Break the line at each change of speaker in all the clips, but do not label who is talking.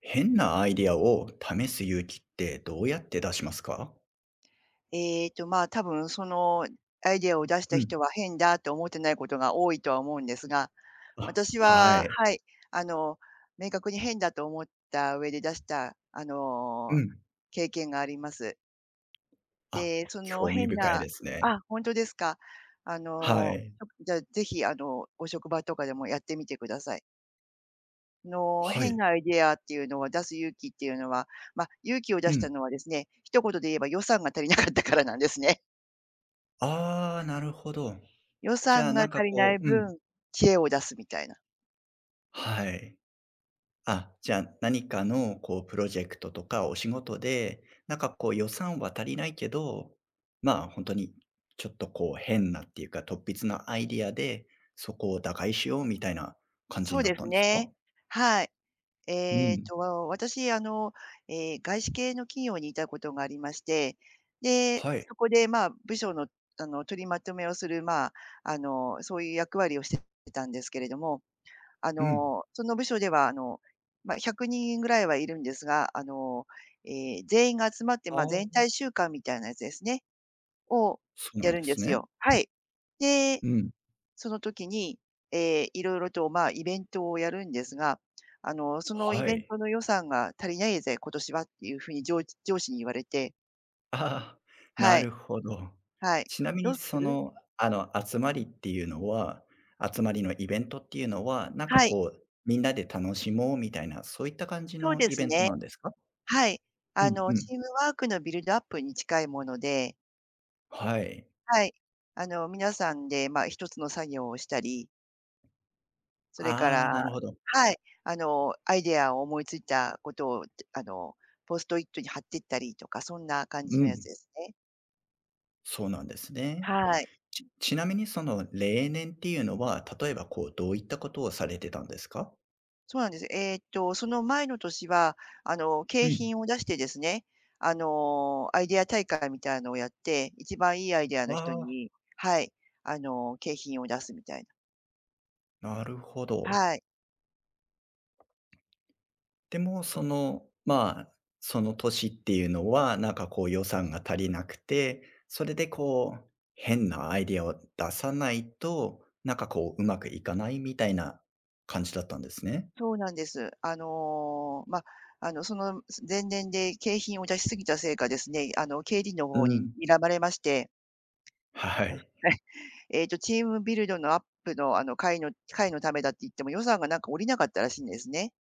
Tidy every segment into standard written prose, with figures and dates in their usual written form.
変なアイディアを試す勇気ってどうやって出しますか？
多分アイデアを出した
うん。
人は変だと思ってないことが多いとは思うんですが、
あ、
私
は
は、
い。
はい、あの、明確に変だと思った上で出した、
うん。
経験があります。
あ、
で、その
興味
変
深い
な、
ですね。
あ、本当ですか。あ
は
の、
い。
じゃあ、ぜひ、ご職場とかでもやってみてください。の、
は
変
い。
なアイデアっていうのは出す勇気っていうのは、まあ、勇気を出
う
した
ん。
のはですね、一言で言えば予算が足りなかったからなんですね。
ああ、なるほど。
予
じゃあ、
算が
なん
足
か
りな
こ
い
ううん。
分、知恵を出すみたいな。
はい。あ、じゃあ、何かのこうプロジェクトとかお仕事で、なんかこう予算は足りないけど、まあ、本当にちょっとこう変なっていうか、突筆なアイディアで、そこを打開しようみたいな感じ
そう
になっ
です
たんですか？
ね。はい。
う
えっ
ん。
と、私、外資系の企業にいたことがありまして、で、
はい。
そこで、まあ、部署の、取りまとめをする、まあ、そういう役割をしてたんですけれども、
うん。
その部署では、100人ぐらいはいるんですが、えー全員が集まって、
あ
まあ、
あ。
全体週間みたいなやつですね、を
そうな
や
ん
る
で
んで
す
す
ね。
よ。はい。で、
うん。
その時に、いろいろと、まあ、イベントをやるんですが、そのイ
は
ベン
い。
トの予算が足りないぜ、今年はっていうふうに、上司に言われて、
ああ、
は
な
い、
るほど。
はい。
ちなみ
ど
に
うす
そ
る？
の、あの、集まりっていうのは集まりのイベントっていうのは、なんか
はい、
こう、みんなで楽しもうみたいな、そういった感じ
そう
の
で
イ
す
ベント
ね。
なんですか？
はい。
うんうん。
チームワークのビルドアップに近いもので、
はい。
はい。皆さんで、まあ、一つの作業をしたり、それか
ああ、
ら、
なるほど。
はい、アイデアを思いついたことを、あの、ポストイットに貼っていったりとか、そんな感
う
じのやつ
ん、
ですね。
そうなんですね。
はい。
ちなみにその例年っていうのは、例えばこう、どういったことをされてたんですか？
そうなんです。えーっと、その前の年は、景
うん。
品を出してですね、アイデア大会みたいのをやって、一番いいアイデア
あ
の人
あ、
に、はい、景品を出すみたいな。
なるほど。
はい、
でも、その、まあ、その年っていうのは、なんかこう予算が足りなくて、それでこう、変なアイディアを出さないと、なんかこう、うまくいかないみたいな感じだったんですね。
そうなんです。その前年で景品を出しすぎたせいかですね、経理の
う
方に
ん。
睨まれまして、
はい。
チームビルドのアップの、会のためだって言っても予算がなんか下りなかったらしいんですね。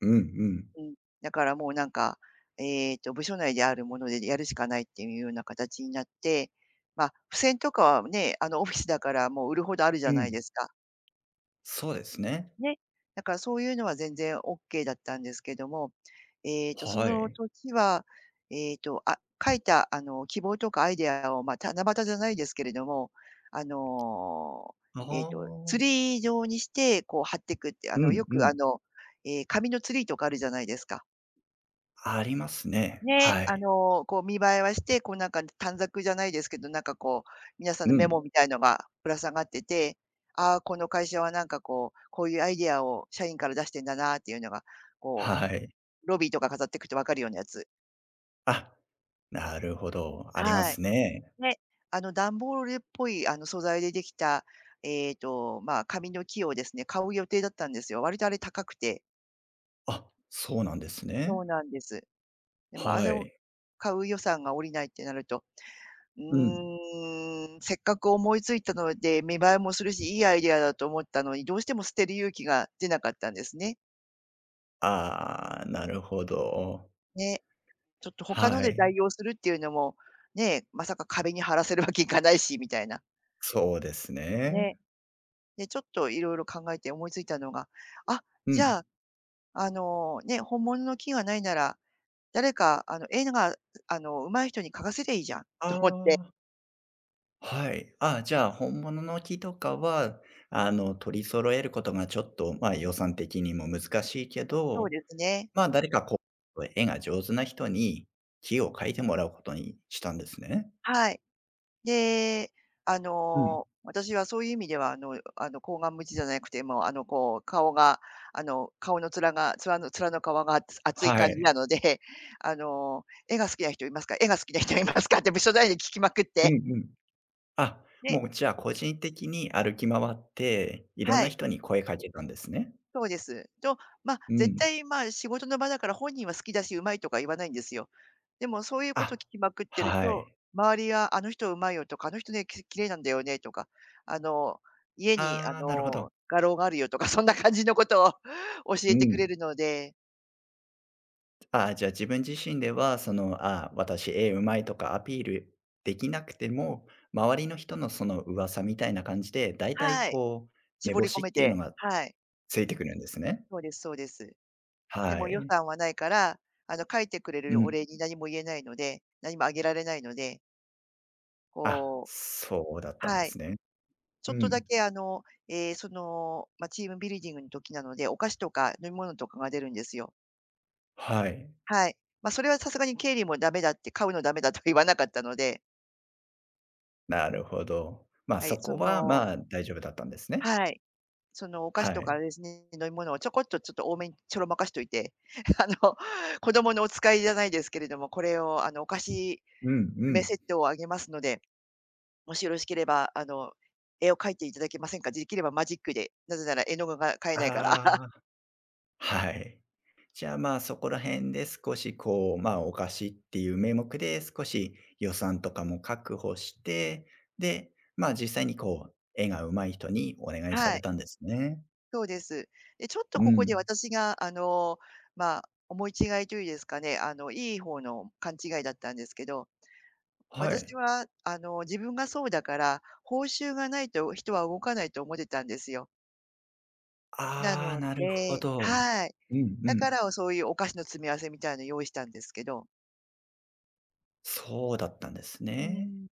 うんうん。
うん、だからもうなんか、部署内であるものでやるしかないっていうような形になって、まあ、付箋とかはね、オフィスだからもう売るほどあるじゃ
う
ない
ん。
ですか。
そうですね。
ね。だからそういうのは全然オッケーだったんですけども、そ
は
の
い。
時は、ええと、あ、書いた、希望とかアイデアを、まあ、七夕じゃないですけれども、あの、
あ
ツ
あ。
リー状にして、こう貼っていくって、あ
う
の、
ん
よ
う
くあ
ん。
の、えー紙のツリーとかあるじゃないですか。
ありますね。
ね、
はい。
こう見栄えはして、こうなんか短冊じゃないですけど、なんかこう、皆さん
う
のメ
ん。
モみたいのがぶら下がってて、ああ、この会社はなんかこう、こういうアイディアを社員から出してんだなっていうのが、こ
はい。
う、ロビーとか飾っていくと分かるようなやつ。
あ、なるほど。ありま
はい。
すね。
ね、段ボールっぽい素材でできた、まあ、紙の木をですね、買う予定だったんですよ。割とあれ高くて。
あ、そうなんです
そう
ね。
なんです。でもあ
は
れを
い。
買う予算が下りないってなると、う
うん。
ーん、せっかく思いついたので、見栄えもするし、いいアイデアだと思ったのに、どうしても捨てる勇気が出なかったんですね。
ああ、なるほど。
ね、ちょっと他の
は
で代
い。
用するっていうのも、ね、まさか壁に貼らせるわけいかないしみたいな。
そうです
ね。
ね。
で、ちょっといろいろ考えて思いついたのが、あ、
う
じ
ん。
ゃあ、ね、本物の木がないなら、誰か、あの、絵が、あの、上手い人に描かせりゃいいじゃん
あ
と思って。
あ、はい。ああ、じゃあ本物の木とかは、あの、取り揃えることがちょっと、まあ、予算的にも難しいけ
そう
ど、
ですね。
まあ、誰かこう、絵が上手な人に木を描いてもらうことにしたんですね。
はい。で、
うん。
私はそういう意味では、厚顔無地じゃなくて、もう、こう、顔が、顔の面の皮が、あ、厚い
は
感じな
い。
ので、「絵が好きな人いますか？絵が好きな人いますか？」って部署内で聞きまくっ
う
て、
んうん。あ、
で、
もうじゃあ個人的に歩き回って、いろん
は
な
い。
人に声かけたんですね。
そうです。と、まあ、
う
絶
ん。
対、まあ、仕事の場だから本人は好きだし、うまいとか言わないんですよ。でもそういうことを聞
あ、
きまくってる
は
と、
い。
周りが「あの人うまいよ」とか「あの人ね、綺麗なんだよね」とか、あの、「家に、
ああ、なるほど。
画廊があるよ」とか、そんな感じのことを 教
う
えてくれ
ん。
るので、
ああ、じゃあ自分自身では、その、ああ、私絵うまいとかアピールできなくても、周りの人のその噂みたいな感じで、だいたい
はい、
こう、目
絞り込
星っ
め
ていうの
て、
が
はい、
ついてくるんですね。
そうです、そうです。で
は
も予
い。
算はないから、書いてくれ
う
るお
ん。
礼に何も言えないので、何もあげられないので、
あ、
こう、
そうだったんで
はい。
すね。
ち
う
ょっとだ
ん。
け、ま、チームビルディングの時なので、お菓子とか飲み物とかが出るんですよ。
はい。
はい。ま、それはさすがに経理もダメだって、買うのダメだとは言わなかったので、
なるほど。まあ、
はい、
そこは、まあ、大丈夫だったんですね。
はい、そのお菓子
は
とか
い。
ですね、飲み物をちょっと多めにちょろまかしといて、あの、子供のお使いじゃないですけれども、これを、お菓子
うんう
詰め
ん。
セットをあげますので、もしよろしければ、絵を描いていただけませんか？できればマジックで、なぜなら絵の具が買えないから。
あ あ。はい。じゃあ、まあ、そこら辺で少しこう、まあ、お菓子っていう名目で少し予算とかも確保して、で、まあ、実際にこう、絵が上手い人にお願いさ
は
れ
い。
たんですね。
そうです。で、ちょっと
う
ここで
ん。
私が、まあ、思い違いというんですかね、いい方の勘違いだったんですけど、
は
私
い。
は、自分がそうだから、報酬がないと人は動かないと思ってたんですよ。な
ああ、
の
なるほ
で、
ど。
はい。
うんう
だか
ん。
ら、そういうお菓子の詰め合わせみたいの用意したんですけど、
そうだったんです
う
ね。
ん、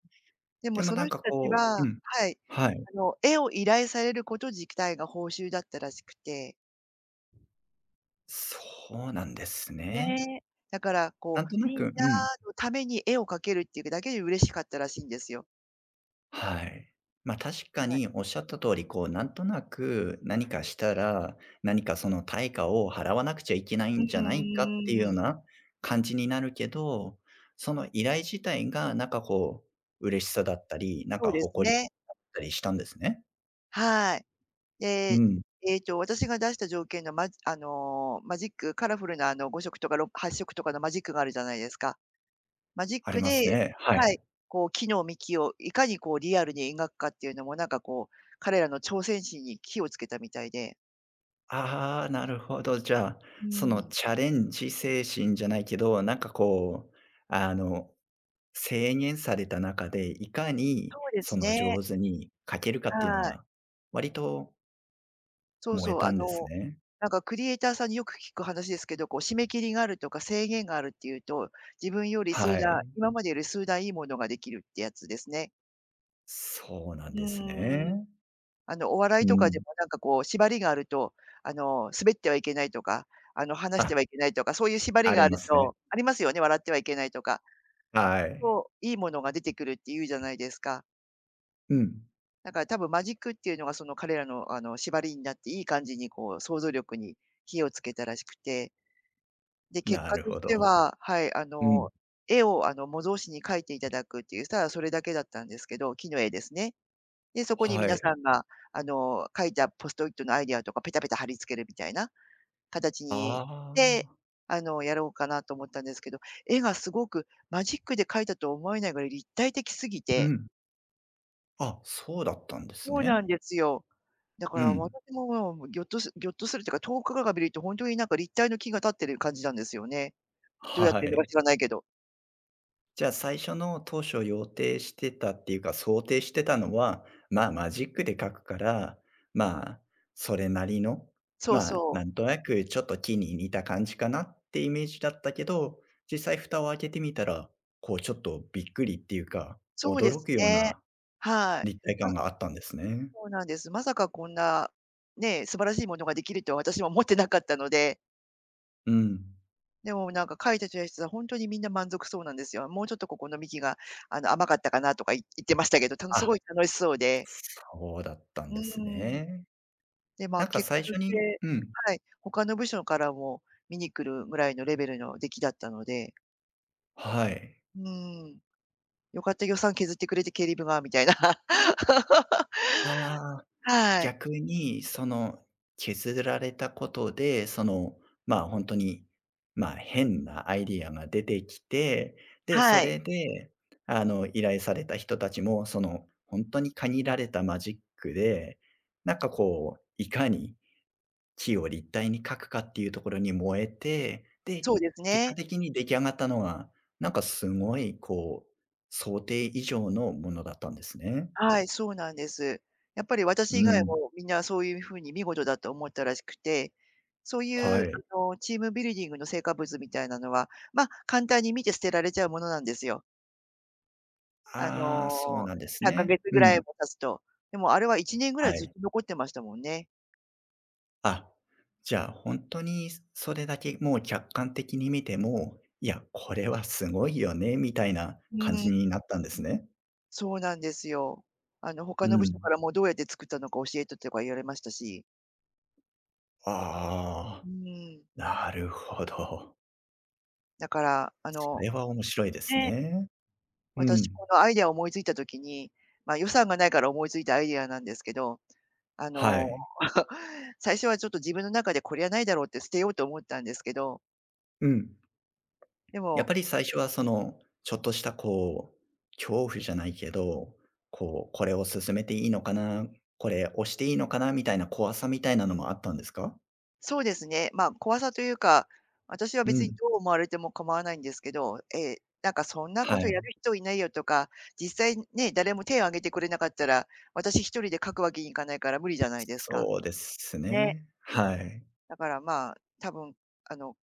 で
で
も
も
そ
な
の
んか
人たち
こう
は、
うん。
はい、
はい。
絵を依頼されること自体が報酬だったらしくて
そうなんですね。
ね。だから、こ
なん
う、
とな
みん
くう
な
ん。
のために絵を描けるっていうだけで嬉しかったらしいんですよ。
はい。まあ確か
はい。
におっしゃった通り、こう、なんとなく何かしたら、何かその対価を払わなくちゃいけない
う
んじゃな
ん
いかっていうよう
ん
な感じになるけど、その依頼自体がなんかこう、嬉しさだったり、なん
そ
か
うです
誇り
ね。
だったりしたんですね。
はい。
う
で、
ん、
私が出した条件の、マジック、カラフルな、5色とか8色とかのマジックがあるじゃないですか。マジッ
あり
ク
ます
で、
ね。は
はい、
い。
こう木の幹をいかにこうリアルに描くかっていうのも、なんかこう、彼らの挑戦心に火をつけたみたいで。
ああ、なるほど。じゃあ、
う
そ
ー
の
ん。
チャレンジ精神じゃないけど、なんかこう、あの、制限された中で、いか
そ
に
うです
その
ね。
上手に書けるかっていうの
はい。
が、割と
そう
燃え
そう、
た
あ
んです
の、
ね。
なんかクリエイターさんによく聞く話ですけど、こう締め切りがあるとか制限があるっていうと、自分より数
は
段
い。
今までより数段いいものができるってやつですね。
そうなん
う
です
ーん。
ね。
お笑い
う
とかで
ん。
もなんかこう縛りがあると、滑ってはいけないとか、話し
あ、
てはいけないとか、そういう縛り
あ
が
り
あ
ま
る
すね。
とありますよね、笑ってはいけないとか。
はい。
そう、いいものが出てくるっていうじゃないですか。
うん。
だから多分マジックっていうのがその彼らの、縛りになっていい感じにこう想像力に火をつけたらしくて。で、結
な
果
る
とし
ほ
て
ど。
は、はい、
うん。
絵を模造紙に描いていただくっていう、ただそれだけだったんですけど、木の絵ですね。で、そこに
は
皆
い。
さんが、あの、描いたポストイットのアイディアとかペタペタ貼り付けるみたいな形
あ
にで、
あ。
あの、やろうかなと思ったんですけど、絵がすごくマジックで描いたとは思えないぐらい立体的すぎ
う
て、
ん。あ、そうだったんです
そうなん
ね。
ですよ。だか
う
ら私
ん。
も、もう、ぎょっとするというか、遠くから見るとほんとになんか立体の木が立ってる感じなんですよね。どうやっ
は
てんのか
い。
知らないけど。
じゃあ最初の当初予定してたっていうか、想定してたのは、まあ、マジックで描くから、まあ、それなりの、
そう
まあ、
そう。
なんとなくちょっと木に似た感じかなってイメージだったけど、実際蓋を開けてみたら、こうちょっとびっくりっていうか、
そうで
驚
す
くよう
ね。
な
はい。
立体
あ、
感があったんですね。
そうなんです。まさかこんな、ね、素晴らしいものができるとは私は思ってなかったので、
うん。
でもなんか書いてた人たちは本当にみんな満足そうなんですよ。もうちょっとここの幹が、あの、甘かったかなとか言ってましたけど、たのすご
あ、
い楽しそうで。
そうだった
う
んです
ーん。
ね。
で、ま
な
あ、
んか
結果
最初
とし
に
て、
うん、
はい、他の部署からも見に来るぐらいのレベルの出来だったので、
はい。
うーん、よかった予算削ってくれて経理部がみたいな。
ああ。
はい。
逆に、その、削られたことで、その、まあ、本当に、まあ、変なアイディアが出てきて、で、そ
はい。
れで、あの、依頼された人たちも、その、本当に限られたマジックで、なんかこう、いかに木を立体に描くかっていうところに燃えて、で、
そうです
結果
ね。
的に出来上がったのがなんかすごいこう、想定以上のものだったんですね。
はい、そうなんです。やっぱり私
う
以外
ん。
もみんなそういう風に見事だと思ったらしくて、そういう、
はい。
あの、チームビルディングの成果物みたいなのは、ま、あ簡単に見て捨てられちゃうものなんですよ。あ
ああ、そう
の、
なんです
3
ね。
か月
う
ぐらい
ん。
も経つと。でもあれは1年ぐらい
は
ずっ
い。
と残ってましたもんね。
あ、じゃあ本当にそれだけもう客観的に見ても、いや、これはすごいよね、みたいな
う
感じ
ん、
になったんですね。
そうなんですよ。あの、他
う
の部署か
ん。
らもどうやって作ったのか教えてとか言われましたし。う
ああ、
ん、
なるほど。
だから、
それは面白いです
ね
ね。う
私、
ん。
このアイデアを思いついた時に、まあ、予算がないから思いついたアイデアなんですけど、あ
は
の、
い。
最初はちょっと自分の中でこれはないだろうって捨てようと思ったんですけど、
うん。
で
やっ
も、
ぱり最初はその、ちょっとしたこう、恐怖じゃないけど、こう、これを進めていいのかな、これ押していいのかなみたいな怖さみたいなのもあったんですか？
そうですね、まあ、怖さというか、私は
う
別に
ん。
どう思われても構わないんですけど、なんかそんなこ
は
とやる
い。
人いないよとか、実際ね、誰も手を挙げてくれなかったら、私一人で書くわけにいかないから無理じゃないですか。
そうです
ね、
ね。はい。
だからまあ、多分、あの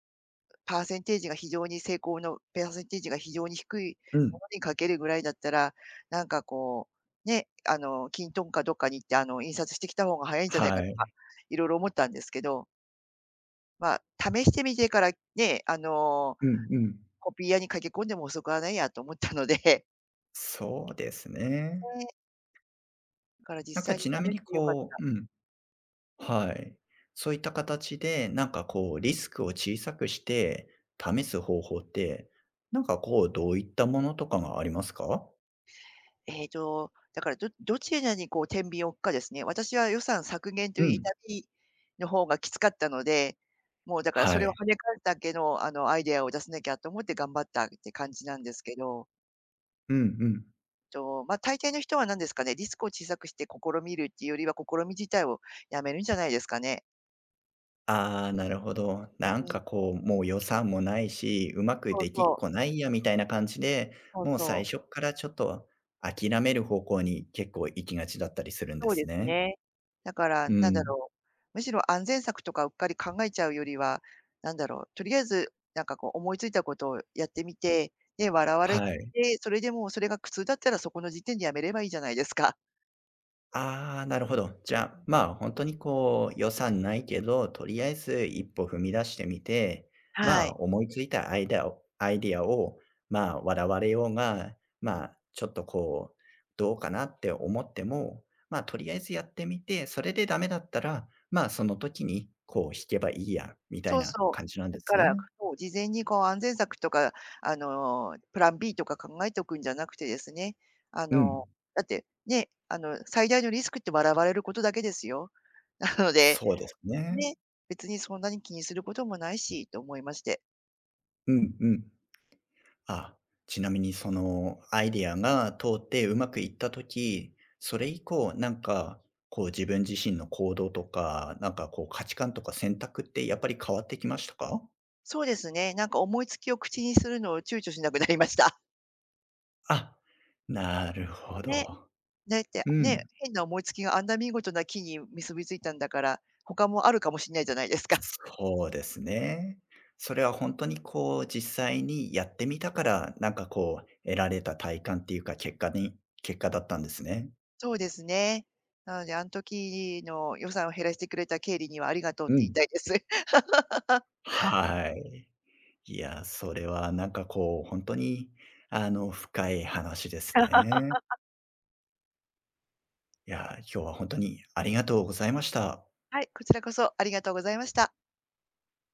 パーセンテージが非常に成功のパーセンテージが非常に低い
うん。
ものにかけるぐらいだったら、なんかこう、ね、あの、キントンかどっかに行って、あの、印刷してきた方が早いんじゃないか
は
とか、
い。
いろいろ思ったんですけど、まあ、試してみてからね、あの、
うんうん。
コピー屋に駆け込んでも遅くはないやと思ったので、
そうですね。
ね、だから
なん
実
か
際に
ちなみ
試し
に
てよかっ
こううん、はい。そういった形で、なんかこうリスクを小さくして試す方法って、なんかこうどういったものとかがありますか？
ええと、だから、どちらにこう天秤を置くかですね。私は予算削減とい
う
う
ん。
痛みの方がきつかったので、もうだからそ
は
れを
い。
跳ね返すだけの、あの、アイデアを出さなきゃと思って頑張ったって感じなんですけど、
うんうん。
と、まあ、大抵の人は何ですかね、リスクを小さくして試みるっていうよりは、試み自体をやめるんじゃないですかね。
ああ、なるほど。なん
うん、
かこう、もう予算もないし、うまく
そう
できっ
そ
こ
う。
ないやみたいな感じで、
そう
もう
そ
最初っ
う。
からちょっと諦める方向に結構行きがちだったりするんで
そう
す
です
ね。
ね。だから、
う
なんだ
ん。
ろう、むしろ安全策とかうっかり考えちゃうよりは、なんだろう、とりあえず、なんかこう思いついたことをやってみて、で、笑われ
はい。
て、それでもうそれが苦痛だったらそこの時点でやめればいいじゃないですか。
ああ、なるほ
うん
ど。じゃ
うん
あ、
うん。
まあ、本当にこう、予算ないけど、とりあえず一歩踏み出してみて、
は
まあ、
い。
思いついたアイデアを、まあ、笑われようが、まあ、ちょっとこう、どうかなって思っても、まあ、とりあえずやってみて、それでダメだったら、まあ、その時にこう引けばいいやみた
そ
い
う
な
そ
感じなん
う。だ
で
か
す
ら、
ね。
そう、事前にこう安全策とか、プラン B とか考えておくんじゃなくてですね、あ
う
の
ん、
だって、ね、あの、最大のリスクって笑われることだけですよ。なので
そうですね。
ね、別にそんなに気にすることもないしと思いまして。
うんうん。あ、ちなみにそのアイディアが通ってうまくいったときそれ以降、なんか、こう自分自身の行動とか、なんかこう価値観とか選択ってやっぱり変わってきましたか？
そうですね、なんか思いつきを口にするのを躊躇しなくなりました。
あ、なるほ
ね、
ど。
だって
う
ね、
ん。
変な思いつきがあんな見事な木に結びついたんだから、他もあるかもしれないじゃないですか。
そうですね。それは本当にこう実際にやってみたから、なんかこう得られた体感っていうか、結果だったんですね。
そうですね。なので、あの時の予算を減らしてくれた経理にはありがとうっ
う
て言い
ん。
たいです。
はい。いや、それはなんかこう、本当にあの、深い話ですね。いや、今日は本当にありがとうございました。
はい、こちらこそありがとうございました。